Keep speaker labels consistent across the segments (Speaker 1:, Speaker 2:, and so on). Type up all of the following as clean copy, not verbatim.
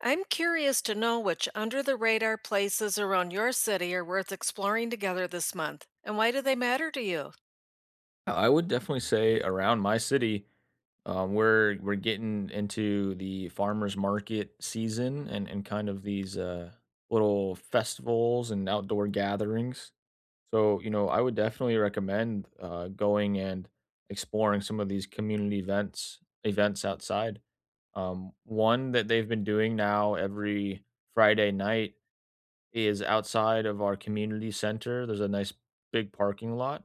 Speaker 1: I'm curious to know which under the radar places around your city are worth exploring together this month and why do they matter to you?
Speaker 2: Yeah, I would definitely say around my city, we're getting into the farmers market season and kind of these little festivals and outdoor gatherings. So you know, I would definitely recommend going and exploring some of these community events outside. One that they've been doing now every Friday night is outside of our community center. There's a nice big parking lot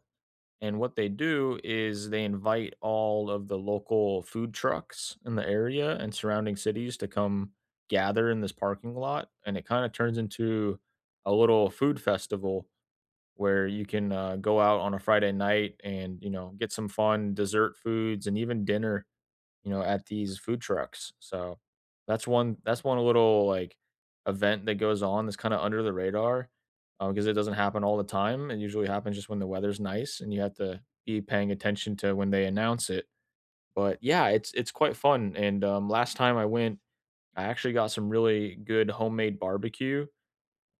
Speaker 2: and what they do is they invite all of the local food trucks in the area and surrounding cities to come gather in this parking lot. And it kind of turns into a little food festival where you can go out on a Friday night and, you know, get some fun dessert foods and even dinner you know, at these food trucks. So that's one little, like, event that goes on that's kinda under the radar, because it doesn't happen all the time. It usually happens just when the weather's nice and you have to be paying attention to when they announce it. But, yeah, it's quite fun, and, last time I went, I actually got some really good homemade barbecue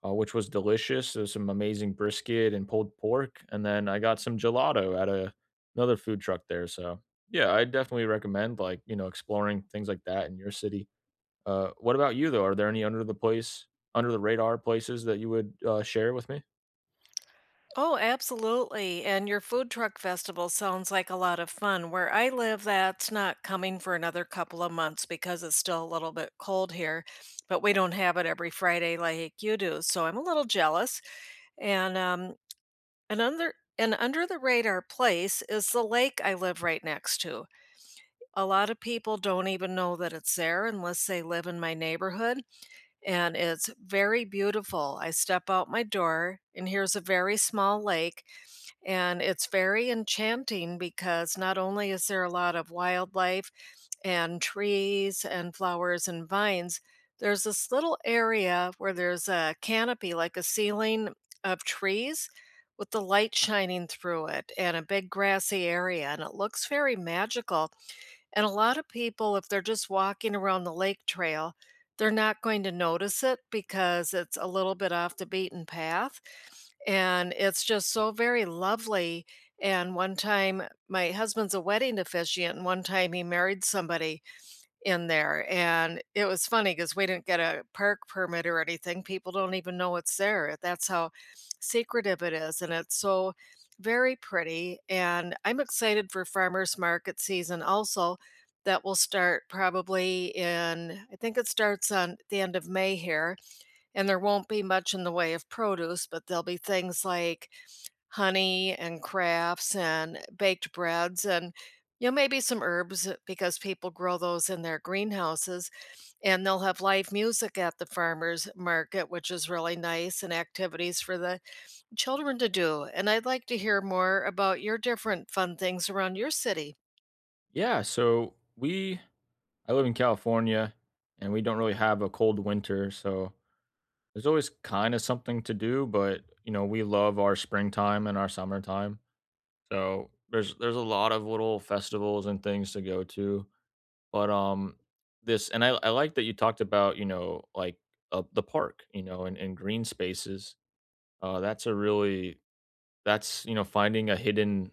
Speaker 2: which was delicious. There's some amazing brisket and pulled pork, and then I got some gelato at a another food truck there. So yeah, I definitely recommend like you know exploring things like that in your city. What about you though? Are there any under the radar places that you would share with me?
Speaker 1: Oh, absolutely. And your food truck festival sounds like a lot of fun. Where I live, that's not coming for another couple of months because it's still a little bit cold here, but we don't have it every Friday like you do. So I'm a little jealous. And an under an under the radar place is the lake I live right next to. A lot of people don't even know that it's there unless they live in my neighborhood, and it's very beautiful. I step out my door, and here's a very small lake, and it's very enchanting because not only is there a lot of wildlife and trees and flowers and vines, there's this little area where there's a canopy, like a ceiling of trees with the light shining through it, and a big grassy area, and it looks very magical. And a lot of people, if they're just walking around the lake trail, they're not going to notice it because it's a little bit off the beaten path. And it's just so very lovely. And one time, my husband's a wedding officiant, and one time he married somebody in there, and it was funny because we didn't get a park permit or anything. People don't even know it's there, that's how secretive it is, and it's so very pretty, and I'm excited for farmer's market season also. That will start probably in I think it starts on the end of May here, and there won't be much in the way of produce, but there'll be things like honey and crafts and baked breads and you know maybe some herbs because people grow those in their greenhouses, and they'll have live music at the farmers market which is really nice, and activities for the children to do, and I'd like to hear more about your different fun things around your city.
Speaker 2: Yeah, so we I live in California, and we don't really have a cold winter, so there's always kind of something to do. But you know, we love our springtime and our summertime. So there's a lot of little festivals and things to go to, but this and I like that you talked about you know like the park you know and green spaces. Uh, that's a really that's you know finding a hidden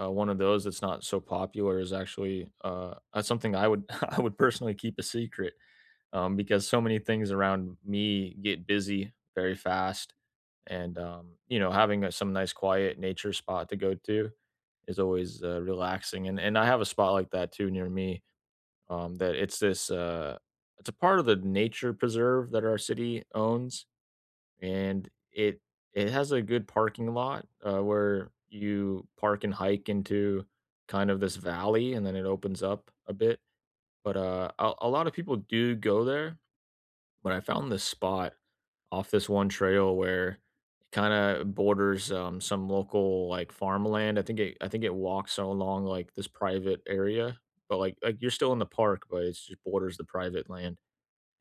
Speaker 2: one of those that's not so popular is actually that's something I would I would personally keep a secret because so many things around me get busy very fast. And, you know, having some nice quiet nature spot to go to is always relaxing. And I have a spot like that too near me that it's a part of the nature preserve that our city owns. And it, it has a good parking lot where you park and hike into kind of this valley and then it opens up a bit but a lot of people do go there but I found this spot off this one trail where it kind of borders some local like farmland. I think it walks along like this private area, but like you're still in the park, but it just borders the private land.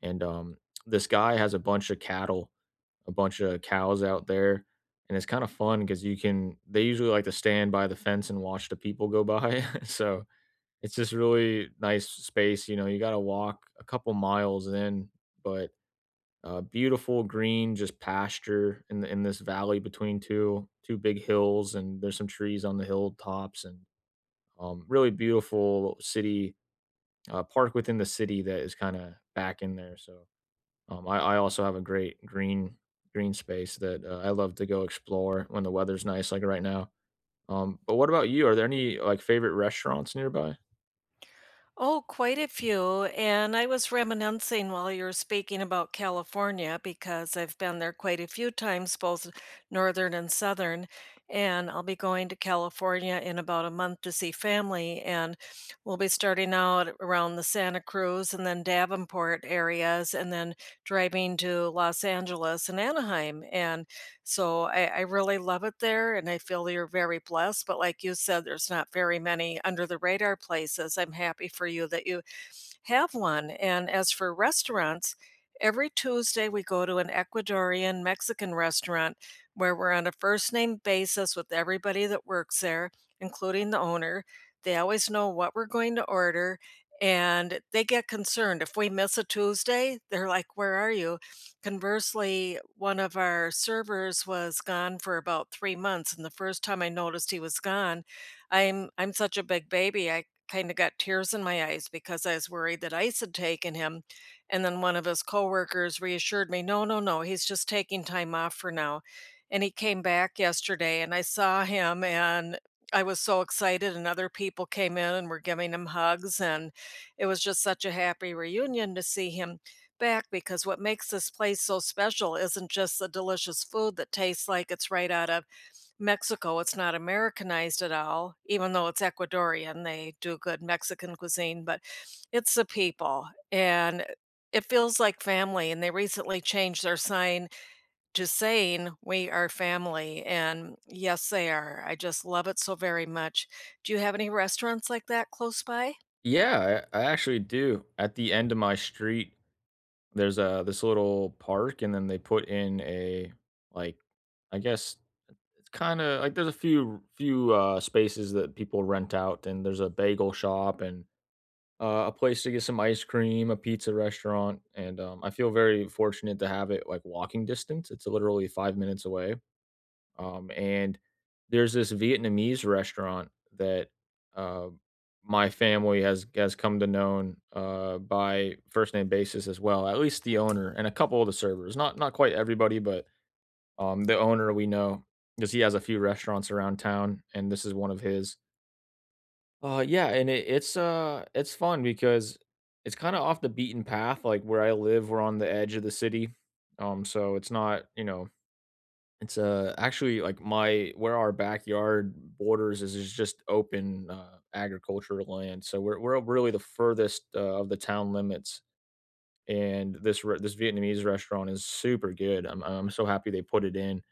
Speaker 2: And this guy has a bunch of cattle, a bunch of cows out there, and it's kind of fun because you can. They usually like to stand by the fence and watch the people go by, so. It's just really nice space, you know. You got to walk a couple miles in, but beautiful green, just pasture in the in this valley between two big hills, and there's some trees on the hilltops, and really beautiful city park within the city that is kind of back in there. So I also have a great green space that I love to go explore when the weather's nice, like right now. But what about you? Are there any like favorite restaurants nearby?
Speaker 1: Oh, quite a few. And I was reminiscing while you were speaking about California because I've been there quite a few times, both northern and southern. And I'll be going to California in about a month to see family. And we'll be starting out around the Santa Cruz and then Davenport areas and then driving to Los Angeles and Anaheim. And so I really love it there and I feel you're very blessed. But like you said, there's not very many under the radar places. I'm happy for you that you have one. And as for restaurants, every Tuesday we go to an Ecuadorian Mexican restaurant where we're on a first name basis with everybody that works there, including the owner. They always know what we're going to order and they get concerned if we miss a Tuesday, they're like, "Where are you?" Conversely, one of our servers was gone for about 3 months and the first time I noticed he was gone, I'm such a big baby. I kind of got tears in my eyes because I was worried that ICE had taken him. And then one of his coworkers reassured me, no, no, no, he's just taking time off for now. And he came back yesterday and I saw him and I was so excited and other people came in and were giving him hugs and it was just such a happy reunion to see him back because what makes this place so special isn't just the delicious food that tastes like it's right out of Mexico. It's not Americanized at all, even though it's Ecuadorian, they do good Mexican cuisine, but it's the people, and it feels like family, and they recently changed their sign to saying, "We are family," and yes, they are. I just love it so very much. Do you have any restaurants like that close by?
Speaker 2: Yeah, I actually do. At the end of my street there's a this little park, and then they put in a, like, I guess it's kinda like, there's a few spaces that people rent out, and there's a bagel shop and, a place to get some ice cream, a pizza restaurant, and, I feel very fortunate to have it, like, walking distance. It's literally 5 minutes away. And there's this Vietnamese restaurant that uh, my family has come to known by first name basis as well. At least the owner and a couple of the servers. Not quite everybody, but the owner we know because he has a few restaurants around town, and this is one of his. Yeah, and it's fun because it's kind of off the beaten path. Like where I live, we're on the edge of the city, so it's not you know it's, actually, like, my where our backyard borders is just open, agricultural land, so we're really the furthest, of the town limits, and this Vietnamese restaurant is super good. I'm so happy they put it in,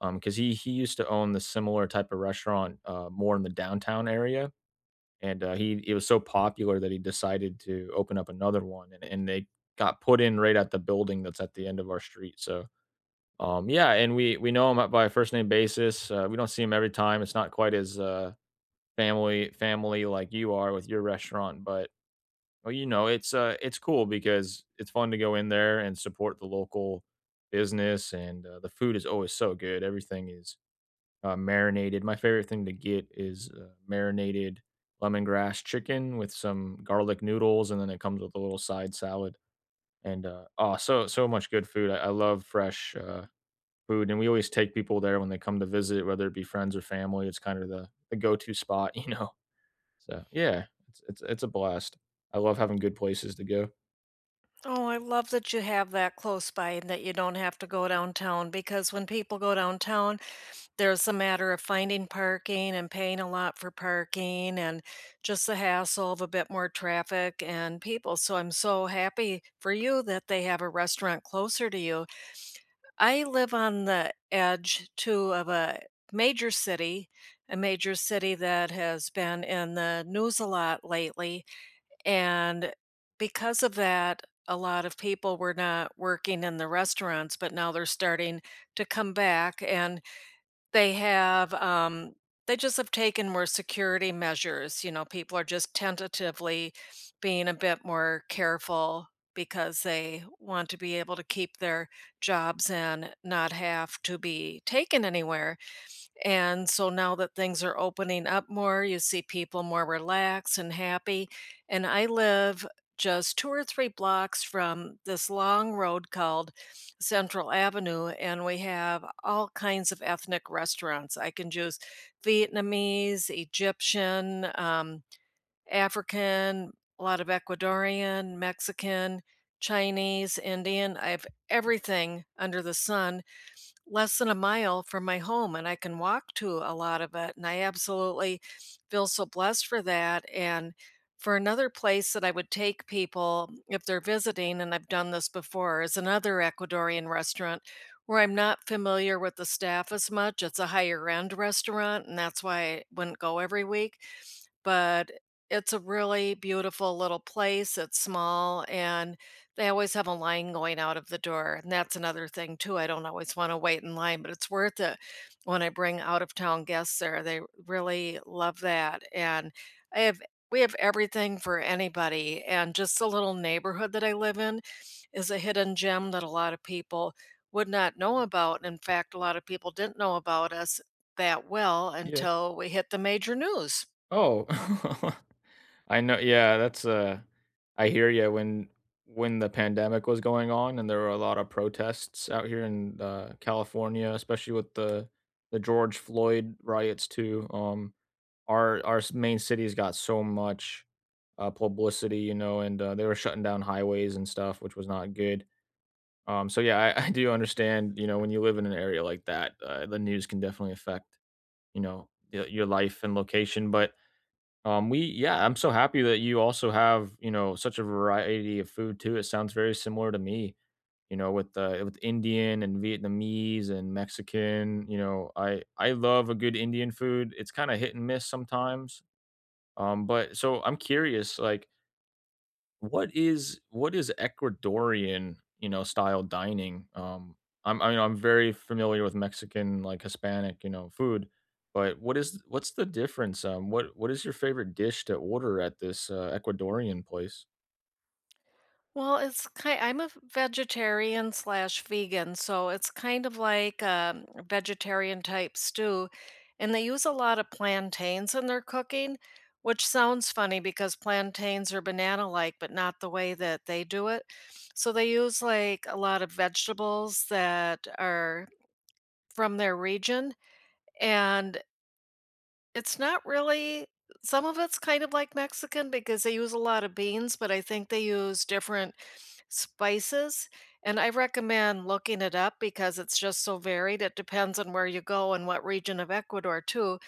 Speaker 2: because he used to own the similar type of restaurant, more in the downtown area, and, he it was so popular that he decided to open up another one, and they got put in right at the building that's at the end of our street, so yeah, and we know him by a first name basis. We don't see him every time. It's not quite as family like you are with your restaurant, but well, you know, it's cool because it's fun to go in there and support the local business, and the food is always so good. Everything is marinated. My favorite thing to get is marinated lemongrass chicken with some garlic noodles, and then it comes with a little side salad. And oh, so much good food. I love fresh. Food, and we always take people there when they come to visit, whether it be friends or family. It's kind of the go-to spot, you know? So, yeah, it's it's a blast. I love having good places to go.
Speaker 1: Oh, I love that you have that close by and that you don't have to go downtown, because when people go downtown there's a matter of finding parking and paying a lot for parking and just the hassle of a bit more traffic and people, so I'm so happy for you that they have a restaurant closer to you. I live on the edge too of major city, a major city that has been in the news a lot lately, and because of that, a lot of people were not working in the restaurants, but now they're starting to come back, and they have, they just have taken more security measures, you know, people are just tentatively being a bit more careful because they want to be able to keep their jobs and not have to be taken anywhere. And so now that things are opening up more, you see people more relaxed and happy. And I live just two or three blocks from this long road called Central Avenue, and we have all kinds of ethnic restaurants. I can choose Vietnamese, Egyptian, African, a lot of Ecuadorian, Mexican, Chinese, Indian. I have everything under the sun less than a mile from my home and I can walk to a lot of it. And I absolutely feel so blessed for that. And for another place that I would take people if they're visiting, and I've done this before, is another Ecuadorian restaurant where I'm not familiar with the staff as much. It's a higher end restaurant, and that's why I wouldn't go every week, but it's a really beautiful little place. It's small and they always have a line going out of the door. And that's another thing too. I don't always want to wait in line, but it's worth it when I bring out of town guests there. They really love that. And I have we have everything for anybody, and just the little neighborhood that I live in is a hidden gem that a lot of people would not know about. In fact, a lot of people didn't know about us that well
Speaker 2: Yeah.
Speaker 1: until we hit the major news.
Speaker 2: Oh, I know yeah, I hear ya. When the pandemic was going on and there were a lot of protests out here in, California, especially with the George Floyd riots too, our s main city's got so much, publicity, you know, and, they were shutting down highways and stuff, which was not good. So, yeah, I I do understand, you know, when you live in an area like that, the news can definitely affect, you know, y your life and location, but, we yeah, I'm so happy that you also have, you know, such a variety of food too, it sounds very similar to me, you know, with Indian and Vietnamese and Mexican, you know, I love a good Indian food, it's kinda hit and miss sometimes, but so I'm curious, like, what is Ecuadorian, you know, style dining? I mean, I'm very familiar with Mexican, like Hispanic, you know, food, but what's the difference? What is your favorite dish to order at this Ecuadorian place?
Speaker 1: Well, it's ki I'm a v vegetarian slash vegan, so it's kind of like, a vegetarian type stew, and they use a lot of plantains in their cooking, which sounds funny because plantains are banana-like, but not the way that they do it. So they use, like, a lot of vegetables that are from their region, and it's not really some of it's kind of like Mexican because they use a lot of beans, but I think they use different spices, and I recommend looking it up because it's just so varied. It depends on where you go and what region of Ecuador too.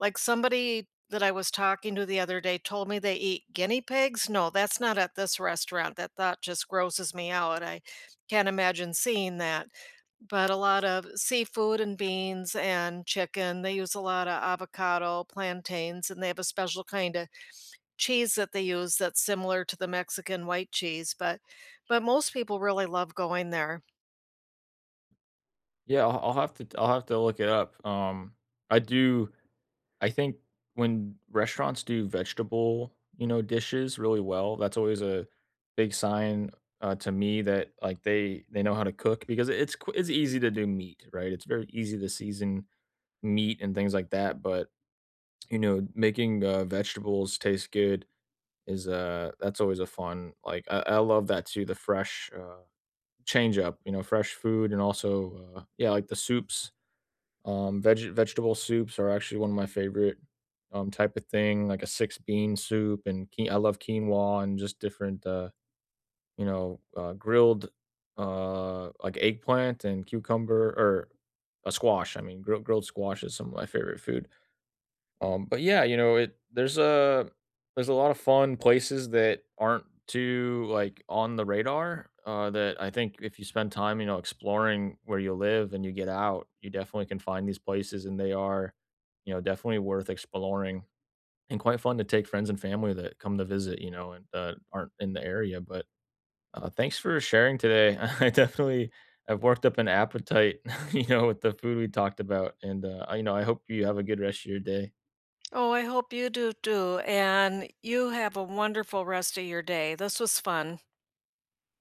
Speaker 1: Like, somebody that I was talking to the other day told me they eat guinea pigs. No, that's not at this restaurant. That thought just grosses me out. I can't imagine seeing that. But a lot of seafood and beans and chicken. They use a lot of avocado, plantains, and they have a special kind of cheese that they use that's similar to the Mexican white cheese, but most people really love going there.
Speaker 2: Yeah, I'll have to look it up. I do I think when restaurants do vegetable, you know, dishes really well, that's always a big sign to me that like they know how to cook because it's easy to do meat, right? It's very easy to season meat and things like that, but you know, making vegetables taste good is that's always a fun like I love that too the fresh change up you know fresh food and also yeah like the soups vegetable soups are actually one of my favorite, type of thing, like a 6 bean soup and quin I love quinoa and just different, you know, grilled, like eggplant and cucumber or a squash, I mean, grilled squash is some of my favorite food. But yeah, you know, it there's a lot of fun places that aren't too like on the radar. That I think if you spend time, you know, exploring where you live and you get out, you definitely can find these places, and they are, you know, definitely worth exploring and quite fun to take friends and family that come to visit, you know, and aren't in the area. But thanks for sharing today. I definitely have worked up an appetite, you know, with the food we talked about, and you know, I hope you have a good rest of your day.
Speaker 1: Oh, I hope you do too, and you have a wonderful rest of your day. This was fun.